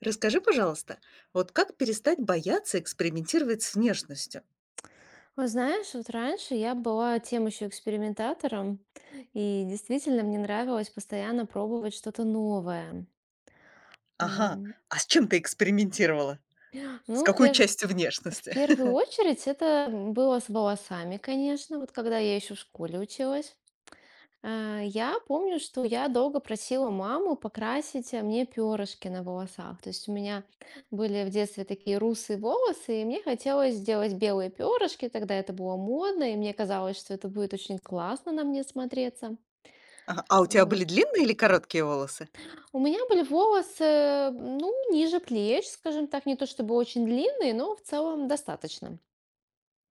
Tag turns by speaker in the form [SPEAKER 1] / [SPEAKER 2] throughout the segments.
[SPEAKER 1] Расскажи, пожалуйста, вот как перестать бояться экспериментировать с внешностью?
[SPEAKER 2] Ну, знаешь, вот раньше я была тем еще экспериментатором, и действительно мне нравилось постоянно пробовать что-то новое.
[SPEAKER 1] Ага,
[SPEAKER 2] Ам,
[SPEAKER 1] а с чем ты экспериментировала? С
[SPEAKER 2] Ну, в,
[SPEAKER 1] какой
[SPEAKER 2] пер-
[SPEAKER 1] частью
[SPEAKER 2] в
[SPEAKER 1] внешности?
[SPEAKER 2] первую очередь это было с волосами, конечно, вот когда я еще в школе училась. Я помню, что я долго просила маму покрасить мне перышки на волосах. То есть у меня были в детстве такие русые волосы, и мне хотелось сделать белые перышки, тогда это было модно, и мне казалось, что это будет очень классно на мне смотреться.
[SPEAKER 1] Ага, а у тебя были
[SPEAKER 2] Вот.
[SPEAKER 1] длинные или короткие волосы?
[SPEAKER 2] У меня были волосы, ну, ниже плеч, скажем так, не то чтобы очень длинные, но в целом достаточно.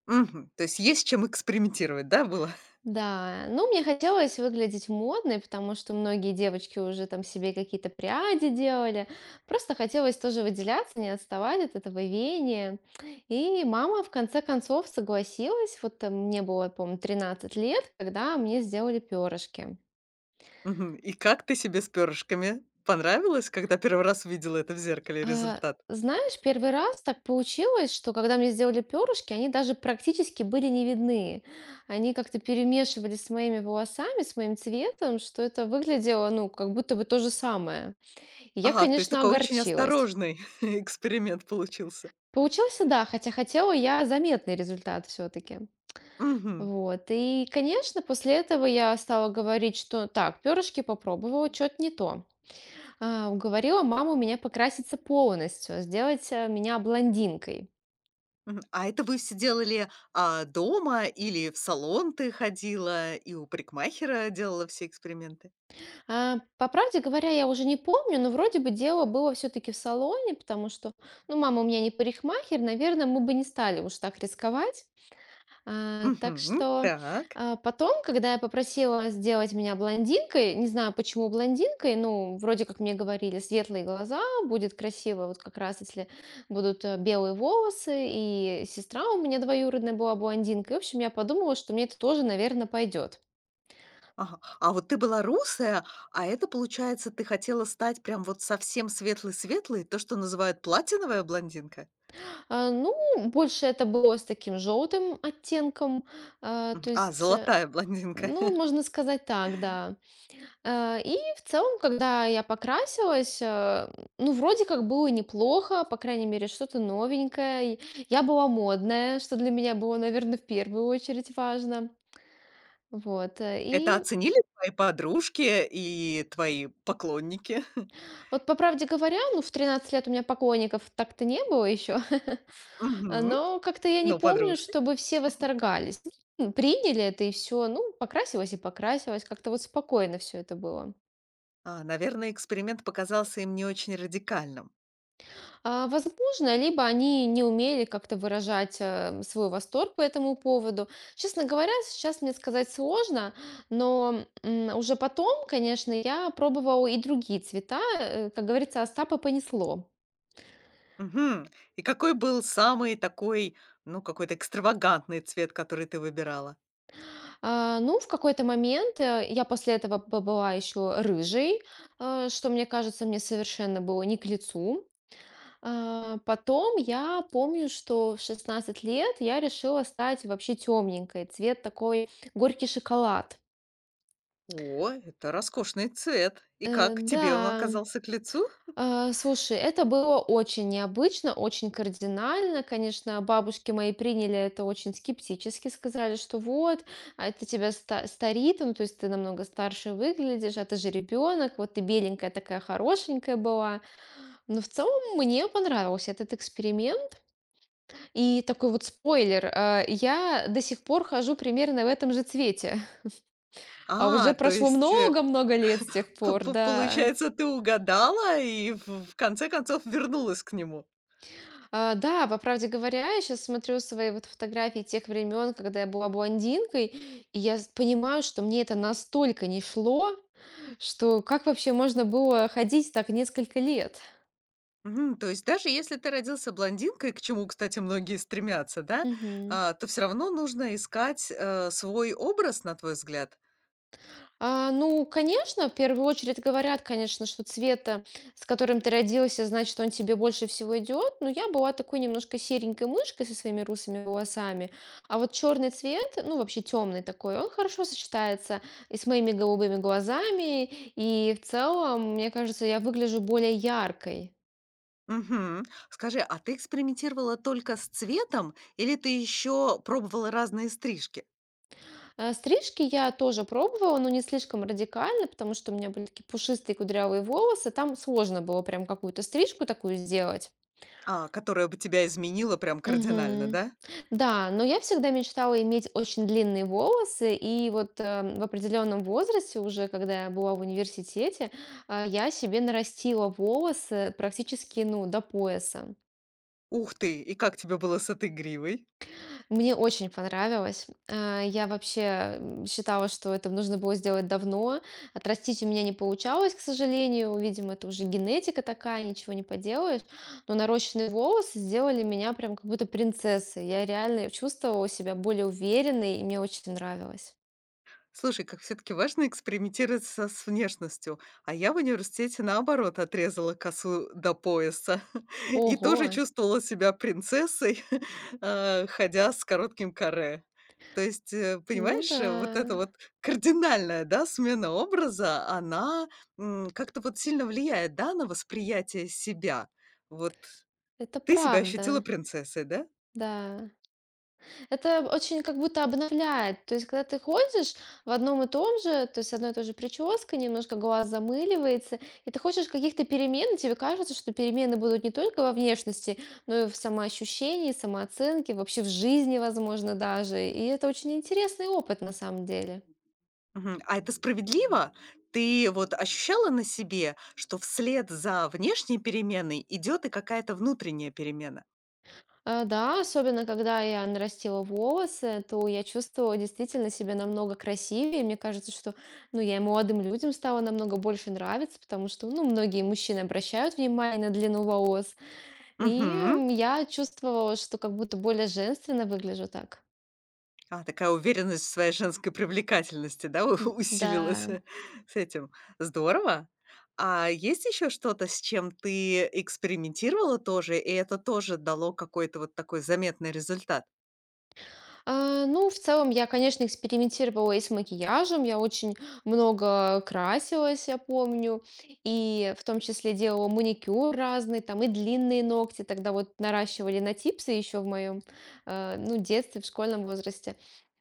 [SPEAKER 1] Мгм, то есть есть с чем экспериментировать, да, было?
[SPEAKER 2] Да, ну, мне хотелось выглядеть модной, потому что многие девочки уже там себе какие-то пряди делали. Просто хотелось тоже выделяться, не отставать от этого веяния. И мама в конце концов согласилась. Вот мне было, помню, 13 лет, когда мне сделали перышки.
[SPEAKER 1] Мгм, и как ты себе с перышками? Понравилось, когда первый раз увидела это в зеркале
[SPEAKER 2] А,
[SPEAKER 1] результат?
[SPEAKER 2] знаешь, первый раз так получилось, что когда мне сделали перышки, они даже практически были не видны. Они как-то перемешивались с моими волосами, с моим цветом, что это выглядело, ну, как будто бы то же самое. И я,
[SPEAKER 1] Ага, то есть
[SPEAKER 2] конечно,
[SPEAKER 1] такой очень
[SPEAKER 2] огорчилась.
[SPEAKER 1] осторожный эксперимент получился.
[SPEAKER 2] Получился, да, хотя хотела я заметный результат все-таки.
[SPEAKER 1] Мгм.
[SPEAKER 2] Вот. И, конечно, после этого я стала говорить, что так, перышки попробовала, что-то не то. Уговорила маму меня покраситься полностью, сделать меня блондинкой.
[SPEAKER 1] Мгм. А это вы все делали, дома или в салон ты ходила и у парикмахера делала все эксперименты?
[SPEAKER 2] По правде говоря, я уже не помню, но вроде бы дело было все-таки в салоне, потому что, ну, мама у меня не парикмахер, наверное, мы бы не стали уж так рисковать. А, так
[SPEAKER 1] Мгм.
[SPEAKER 2] что
[SPEAKER 1] Так.
[SPEAKER 2] потом, когда я попросила сделать меня блондинкой, не знаю, почему блондинкой, ну, вроде как мне говорили, светлые глаза, будет красиво, вот как раз если будут белые волосы, и сестра у меня двоюродная была блондинкой. В общем, я подумала, что мне это тоже, наверное, пойдет.
[SPEAKER 1] Ага. А вот ты была русая, а это, получается, ты хотела стать прям вот совсем светлой-светлой, то, что называют платиновая блондинка?
[SPEAKER 2] Ну, больше это было с таким желтым оттенком, а,
[SPEAKER 1] Мгм.
[SPEAKER 2] то
[SPEAKER 1] А,
[SPEAKER 2] есть, э,
[SPEAKER 1] золотая блондинка.
[SPEAKER 2] ну, можно сказать так, да. И в целом, когда я покрасилась, ну, вроде как было неплохо, по крайней мере, что-то новенькое. И я была модная, что для меня было, наверное, в первую очередь важно. Вот.
[SPEAKER 1] Это
[SPEAKER 2] И
[SPEAKER 1] оценили твои подружки и твои поклонники?
[SPEAKER 2] вот по правде говоря, ну, в 13 лет у меня поклонников так-то не было еще.
[SPEAKER 1] Мгм.
[SPEAKER 2] Но как-то я не
[SPEAKER 1] Ну,
[SPEAKER 2] помню,
[SPEAKER 1] подружки.
[SPEAKER 2] чтобы все восторгались. Ну, приняли это и все, ну, покрасилась и покрасилась. Как-то вот спокойно все это было.
[SPEAKER 1] А, наверное, эксперимент показался им не очень радикальным.
[SPEAKER 2] Возможно, либо они не умели как-то выражать, свой восторг по этому поводу. Честно говоря, сейчас мне сказать сложно, но, уже потом, конечно, я пробовала и другие цвета. Как говорится, Остапа понесло.
[SPEAKER 1] Мгм. И какой был самый такой, ну, какой-то экстравагантный цвет, который ты выбирала?
[SPEAKER 2] Ну, в какой-то момент, я после этого побыла еще рыжей, что, мне кажется, мне совершенно было не к лицу. Потом я помню, что в 16 лет я решила стать вообще темненькой, цвет такой горький шоколад.
[SPEAKER 1] О, это роскошный цвет. И как,
[SPEAKER 2] Да.
[SPEAKER 1] тебе он оказался к лицу?
[SPEAKER 2] Слушай, это было очень необычно, очень кардинально. Конечно, бабушки мои приняли это очень скептически, сказали, что вот, а это тебя старит, ну, то есть ты намного старше выглядишь, а ты же ребенок, вот ты беленькая такая хорошенькая была. Но в целом мне понравился этот эксперимент. И такой вот спойлер, я до сих пор хожу примерно в этом же цвете. А уже
[SPEAKER 1] А, то
[SPEAKER 2] прошло
[SPEAKER 1] есть,
[SPEAKER 2] много-много лет с тех
[SPEAKER 1] п
[SPEAKER 2] пор,
[SPEAKER 1] п
[SPEAKER 2] да.
[SPEAKER 1] получается, ты угадала и в конце концов вернулась к нему.
[SPEAKER 2] Да, по правде говоря, я сейчас смотрю свои вот фотографии тех времен, когда я была блондинкой, и я понимаю, что мне это настолько не шло, что как вообще можно было ходить так несколько лет?
[SPEAKER 1] Мгм. То есть даже если ты родился блондинкой, к чему, кстати, многие стремятся, да,
[SPEAKER 2] Мгм.
[SPEAKER 1] а, то все равно нужно искать, свой образ, на твой взгляд?
[SPEAKER 2] Ну, конечно, в первую очередь говорят, конечно, что цвет, с которым ты родился, значит, он тебе больше всего идет. Но я была такой немножко серенькой мышкой со своими русыми волосами. А вот черный цвет, ну, вообще темный такой, он хорошо сочетается и с моими голубыми глазами. И в целом, мне кажется, я выгляжу более яркой.
[SPEAKER 1] Мгм. Скажи, а ты экспериментировала только с цветом или ты еще пробовала разные стрижки,
[SPEAKER 2] Стрижки я тоже пробовала, но не слишком радикально, потому что у меня были такие пушистые кудрявые волосы. Там сложно было прям какую-то стрижку такую сделать.
[SPEAKER 1] а, которая бы тебя изменила прям кардинально,
[SPEAKER 2] Мгм.
[SPEAKER 1] да?
[SPEAKER 2] Да, но я всегда мечтала иметь очень длинные волосы, и вот в определенном возрасте, уже когда я была в университете, я себе нарастила волосы практически, ну, до пояса.
[SPEAKER 1] Ух ты! И как тебе было с этой гривой?
[SPEAKER 2] Мне очень понравилось. Я вообще, считала, что это нужно было сделать давно. Отрастить у меня не получалось, к сожалению. Видимо, это уже генетика такая, ничего не поделаешь. Но нарощенные волосы сделали меня прям как будто принцессой. Я реально чувствовала себя более уверенной, и мне очень нравилось.
[SPEAKER 1] Слушай, как все-таки важно экспериментировать с внешностью. А я в университете наоборот отрезала косу до пояса и тоже
[SPEAKER 2] Ого!
[SPEAKER 1] чувствовала себя принцессой, ходя с коротким каре. То есть,
[SPEAKER 2] Ну
[SPEAKER 1] понимаешь,
[SPEAKER 2] да,
[SPEAKER 1] вот эта вот кардинальная, да, смена образа, она как-то вот сильно влияет, да, на восприятие себя. Вот
[SPEAKER 2] это
[SPEAKER 1] ты себя ощутила
[SPEAKER 2] правда.
[SPEAKER 1] принцессой, да?
[SPEAKER 2] Да. Это очень как будто обновляет. То есть, когда ты ходишь в одном и том же, то есть одной и той же прической, немножко глаз замыливается, и ты хочешь каких-то перемен, и тебе кажется, что перемены будут не только во внешности, но и в самоощущении, самооценке, вообще в жизни, возможно, даже. И это очень интересный опыт на самом деле.
[SPEAKER 1] Мгм. А это справедливо? Ты вот ощущала на себе, что вслед за внешней переменой идет и какая-то внутренняя перемена?
[SPEAKER 2] Да, особенно когда я нарастила волосы, то я чувствовала действительно себя намного красивее. Мне кажется, что, ну, я и молодым людям стала намного больше нравиться, потому что, ну, многие мужчины обращают внимание на длину волос. И
[SPEAKER 1] Мгм.
[SPEAKER 2] я чувствовала, что как будто более женственно выгляжу так.
[SPEAKER 1] А, такая уверенность в своей женской привлекательности, да,
[SPEAKER 2] Да.
[SPEAKER 1] усилилась с этим. Здорово. А есть еще что-то, с чем ты экспериментировала тоже, и это тоже дало какой-то вот такой заметный результат?
[SPEAKER 2] Ну, в целом, я, конечно, экспериментировала и с макияжем. Я очень много красилась, я помню. И в том числе делала маникюр разный, там и длинные ногти. Тогда вот наращивали на типсы еще в моем, ну, детстве, в школьном возрасте.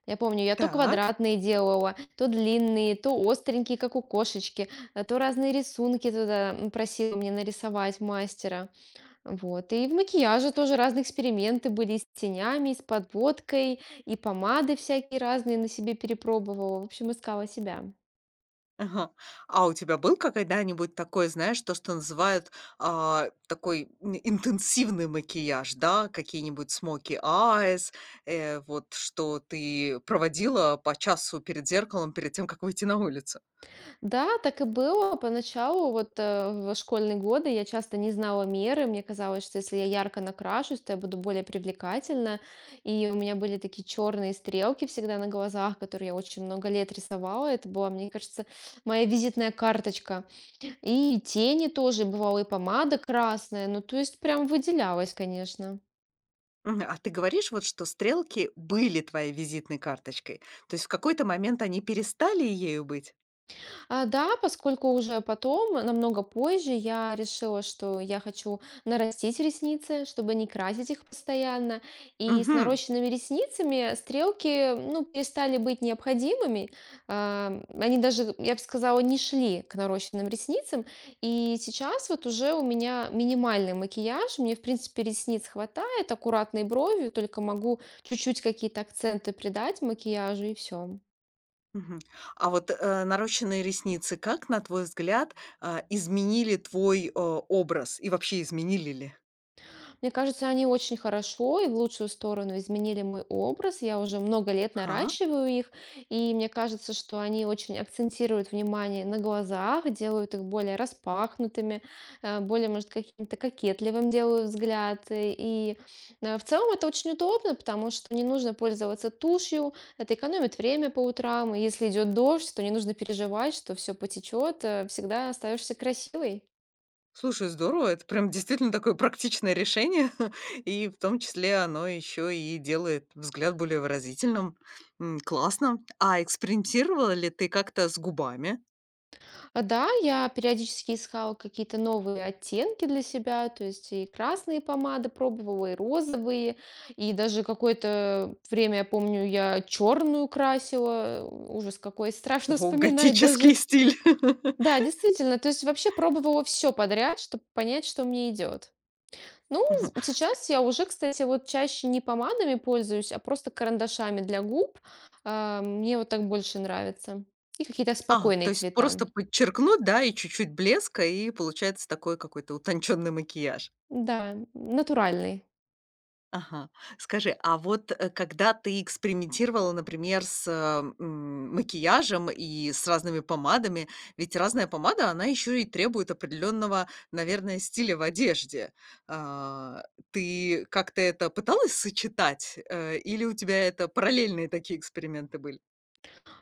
[SPEAKER 2] Я помню, я то
[SPEAKER 1] Так.
[SPEAKER 2] квадратные делала, то длинные, то остренькие, как у кошечки, а то разные рисунки туда просила мне нарисовать мастера. Вот. И в макияже тоже разные эксперименты были и с тенями, и с подводкой, и помады всякие разные на себе перепробовала. В общем, искала себя.
[SPEAKER 1] Ага. А у тебя был когда-нибудь такой, знаешь, то, что называют, такой н интенсивный макияж, да? Какие-нибудь смоки, eyes, вот что ты проводила по часу перед зеркалом, перед тем, как выйти на улицу?
[SPEAKER 2] Да, так и было. Поначалу, вот в школьные годы я часто не знала меры. Мне казалось, что если я ярко накрашусь, то я буду более привлекательна. И у меня были такие черные стрелки всегда на глазах, которые я очень много лет рисовала. Это была, мне кажется, моя визитная карточка. И тени тоже, бывало, и помада красная. Ну, то есть прям выделялась, конечно.
[SPEAKER 1] Мгм. А ты говоришь, вот что стрелки были твоей визитной карточкой. То есть в какой-то момент они перестали ею быть?
[SPEAKER 2] Да, поскольку уже потом, намного позже, я решила, что я хочу нарастить ресницы, чтобы не красить их постоянно. И с
[SPEAKER 1] Мгм.
[SPEAKER 2] нарощенными ресницами стрелки, ну, перестали быть необходимыми. Они даже, я бы сказала, не шли к нарощенным ресницам. И сейчас вот уже у меня минимальный макияж. Мне, в принципе, ресниц хватает, аккуратной брови, только могу чуть-чуть какие-то акценты придать макияжу и все.
[SPEAKER 1] Мгм. А вот, нарощенные ресницы, как, на твой взгляд, изменили твой, образ и вообще изменили ли?
[SPEAKER 2] Мне кажется, они очень хорошо и в лучшую сторону изменили мой образ. Я уже много лет
[SPEAKER 1] Ага.
[SPEAKER 2] наращиваю их, и мне кажется, что они очень акцентируют внимание на глазах, делают их более распахнутыми, более, может, каким-то кокетливым делают взгляд. И в целом это очень удобно, потому что не нужно пользоваться тушью, это экономит время по утрам, и если идет дождь, то не нужно переживать, что все потечет, всегда остаешься красивой.
[SPEAKER 1] Слушай, здорово, это прям действительно такое практичное решение, и в том числе оно еще и делает взгляд более выразительным. Классно. А экспериментировала ли ты как-то с губами?
[SPEAKER 2] Да, я периодически искала какие-то новые оттенки для себя, то есть и красные помады пробовала, и розовые, и даже какое-то время, я помню, я черную красила, ужас какой, страшно
[SPEAKER 1] Ого,
[SPEAKER 2] вспоминать даже.
[SPEAKER 1] готический стиль.
[SPEAKER 2] Да, действительно, то есть вообще пробовала все подряд, чтобы понять, что мне идет. Ну,
[SPEAKER 1] Мгм. Ск
[SPEAKER 2] сейчас я уже, кстати, вот чаще не помадами пользуюсь, а просто карандашами для губ. Мне вот так больше нравится. И какие-то
[SPEAKER 1] А,
[SPEAKER 2] спокойные
[SPEAKER 1] то есть
[SPEAKER 2] цвета.
[SPEAKER 1] просто подчеркнуть, да, и чуть-чуть блеска, и получается такой какой-то утонченный макияж.
[SPEAKER 2] Да, натуральный.
[SPEAKER 1] Ага. Скажи, а вот, когда ты экспериментировала, например, макияжем и с разными помадами, ведь разная помада, она еще и требует определенного, наверное, стиля в одежде. А, ты как-то это пыталась сочетать, или у тебя это параллельные такие эксперименты были?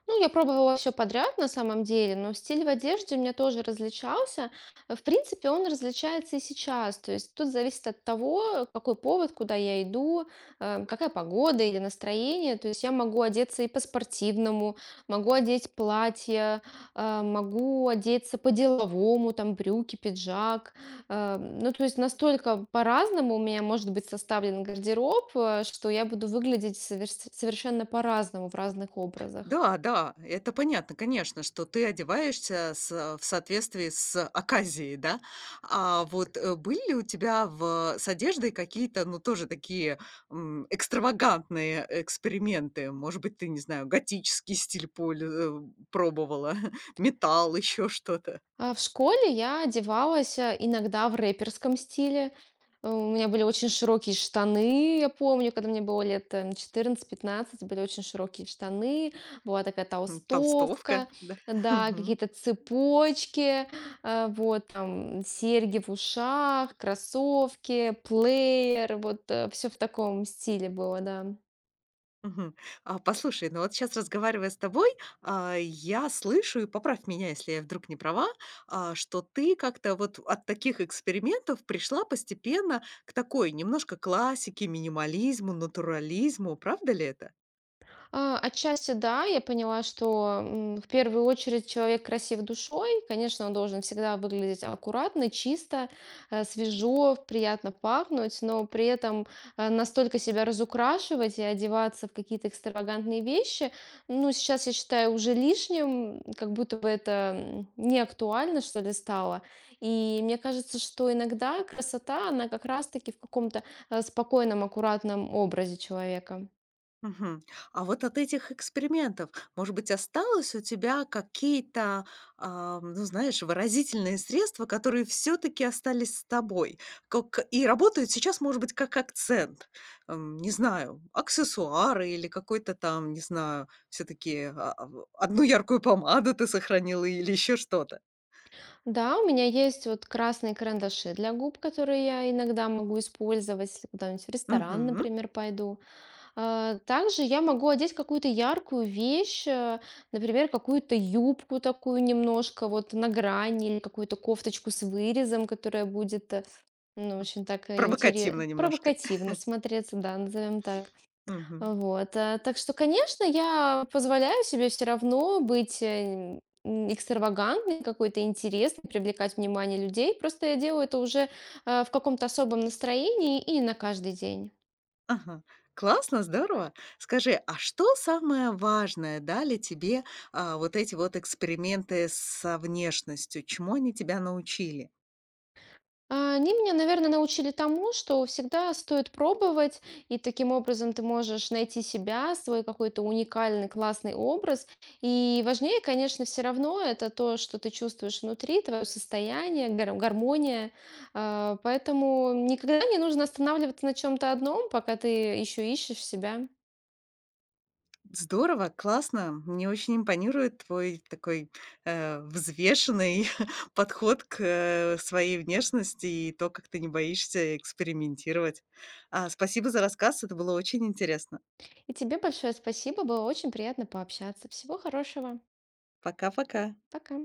[SPEAKER 2] Ну, я пробовала все подряд на самом деле, но стиль в одежде у меня тоже различался. В принципе, он различается и сейчас. То есть тут зависит от того, какой повод, куда я иду, какая погода или настроение. То есть я могу одеться и по-спортивному, могу одеть платье, могу одеться по-деловому, там брюки, пиджак. Ну, то есть настолько по-разному у меня может быть составлен гардероб, что я буду выглядеть совершенно по-разному в разных образах.
[SPEAKER 1] Да, да, это понятно, конечно, что ты одеваешься в соответствии с оказией, да. А вот, были ли у тебя в с одеждой какие-то, ну, тоже такие, экстравагантные эксперименты? Может быть, ты, не знаю, готический стиль пробовала, металл, еще что-то,
[SPEAKER 2] В школе я одевалась, иногда в рэперском стиле. У меня были очень широкие штаны, я помню, когда мне было лет, 14-15, были очень широкие штаны, была такая толстовка,
[SPEAKER 1] толстовка, да?
[SPEAKER 2] да, какие-то цепочки, вот там серьги в ушах, кроссовки, плеер, вот, все в таком стиле было, да.
[SPEAKER 1] Мгм. А, послушай, ну вот сейчас разговаривая с тобой, я слышу, и поправь меня, если я вдруг не права, что ты как-то вот от таких экспериментов пришла постепенно к такой немножко классике, минимализму, натурализму. Правда ли это?
[SPEAKER 2] Отчасти да, я поняла, что в первую очередь человек красив душой, конечно, он должен всегда выглядеть аккуратно, чисто, свежо, приятно пахнуть, но при этом настолько себя разукрашивать и одеваться в какие-то экстравагантные вещи, ну, сейчас я считаю уже лишним, как будто бы это не актуально, что ли, стало. И мне кажется, что иногда красота, она как раз-таки в каком-то спокойном, аккуратном образе человека.
[SPEAKER 1] Мгм. А вот от этих экспериментов, может быть, осталось у тебя какие-то, ну, знаешь, выразительные средства, которые все-таки остались с тобой, как и работают сейчас, может быть, как акцент, не знаю, аксессуары или какой-то там, не знаю, все-таки одну яркую помаду ты сохранила или еще что-то.
[SPEAKER 2] Да, у меня есть вот красные карандаши для губ, которые я иногда могу использовать, если куда-нибудь в ресторан,
[SPEAKER 1] Мгм.
[SPEAKER 2] например, пойду. Также я могу одеть какую-то яркую вещь, например, какую-то юбку такую немножко вот на грани, или какую-то кофточку с вырезом, которая будет, ну, очень так интересно,
[SPEAKER 1] Провокативно немножко.
[SPEAKER 2] провокативно смотреться, да, назовем так. Вот, так что, конечно, я позволяю себе все равно быть, экстравагантной, какой-то интересной, привлекать внимание людей. Просто я делаю это уже, в каком-то особом настроении и не на каждый день.
[SPEAKER 1] Ага. Классно, здорово. Скажи, а что самое важное дали тебе, вот эти вот эксперименты со внешностью? Чему они тебя научили?
[SPEAKER 2] Они меня, наверное, научили тому, что всегда стоит пробовать, и таким образом ты можешь найти себя, свой какой-то уникальный, классный образ. И важнее, конечно, все равно это то, что ты чувствуешь внутри, твое состояние, гармония. Поэтому никогда не нужно останавливаться на чем-то одном, пока ты еще ищешь себя.
[SPEAKER 1] Здорово, классно. Мне очень импонирует твой такой, взвешенный подход к, своей внешности и то, как ты не боишься экспериментировать. А, спасибо за рассказ, это было очень интересно.
[SPEAKER 2] И тебе большое спасибо, было очень приятно пообщаться. Всего хорошего.
[SPEAKER 1] Пока-пока.
[SPEAKER 2] Пока.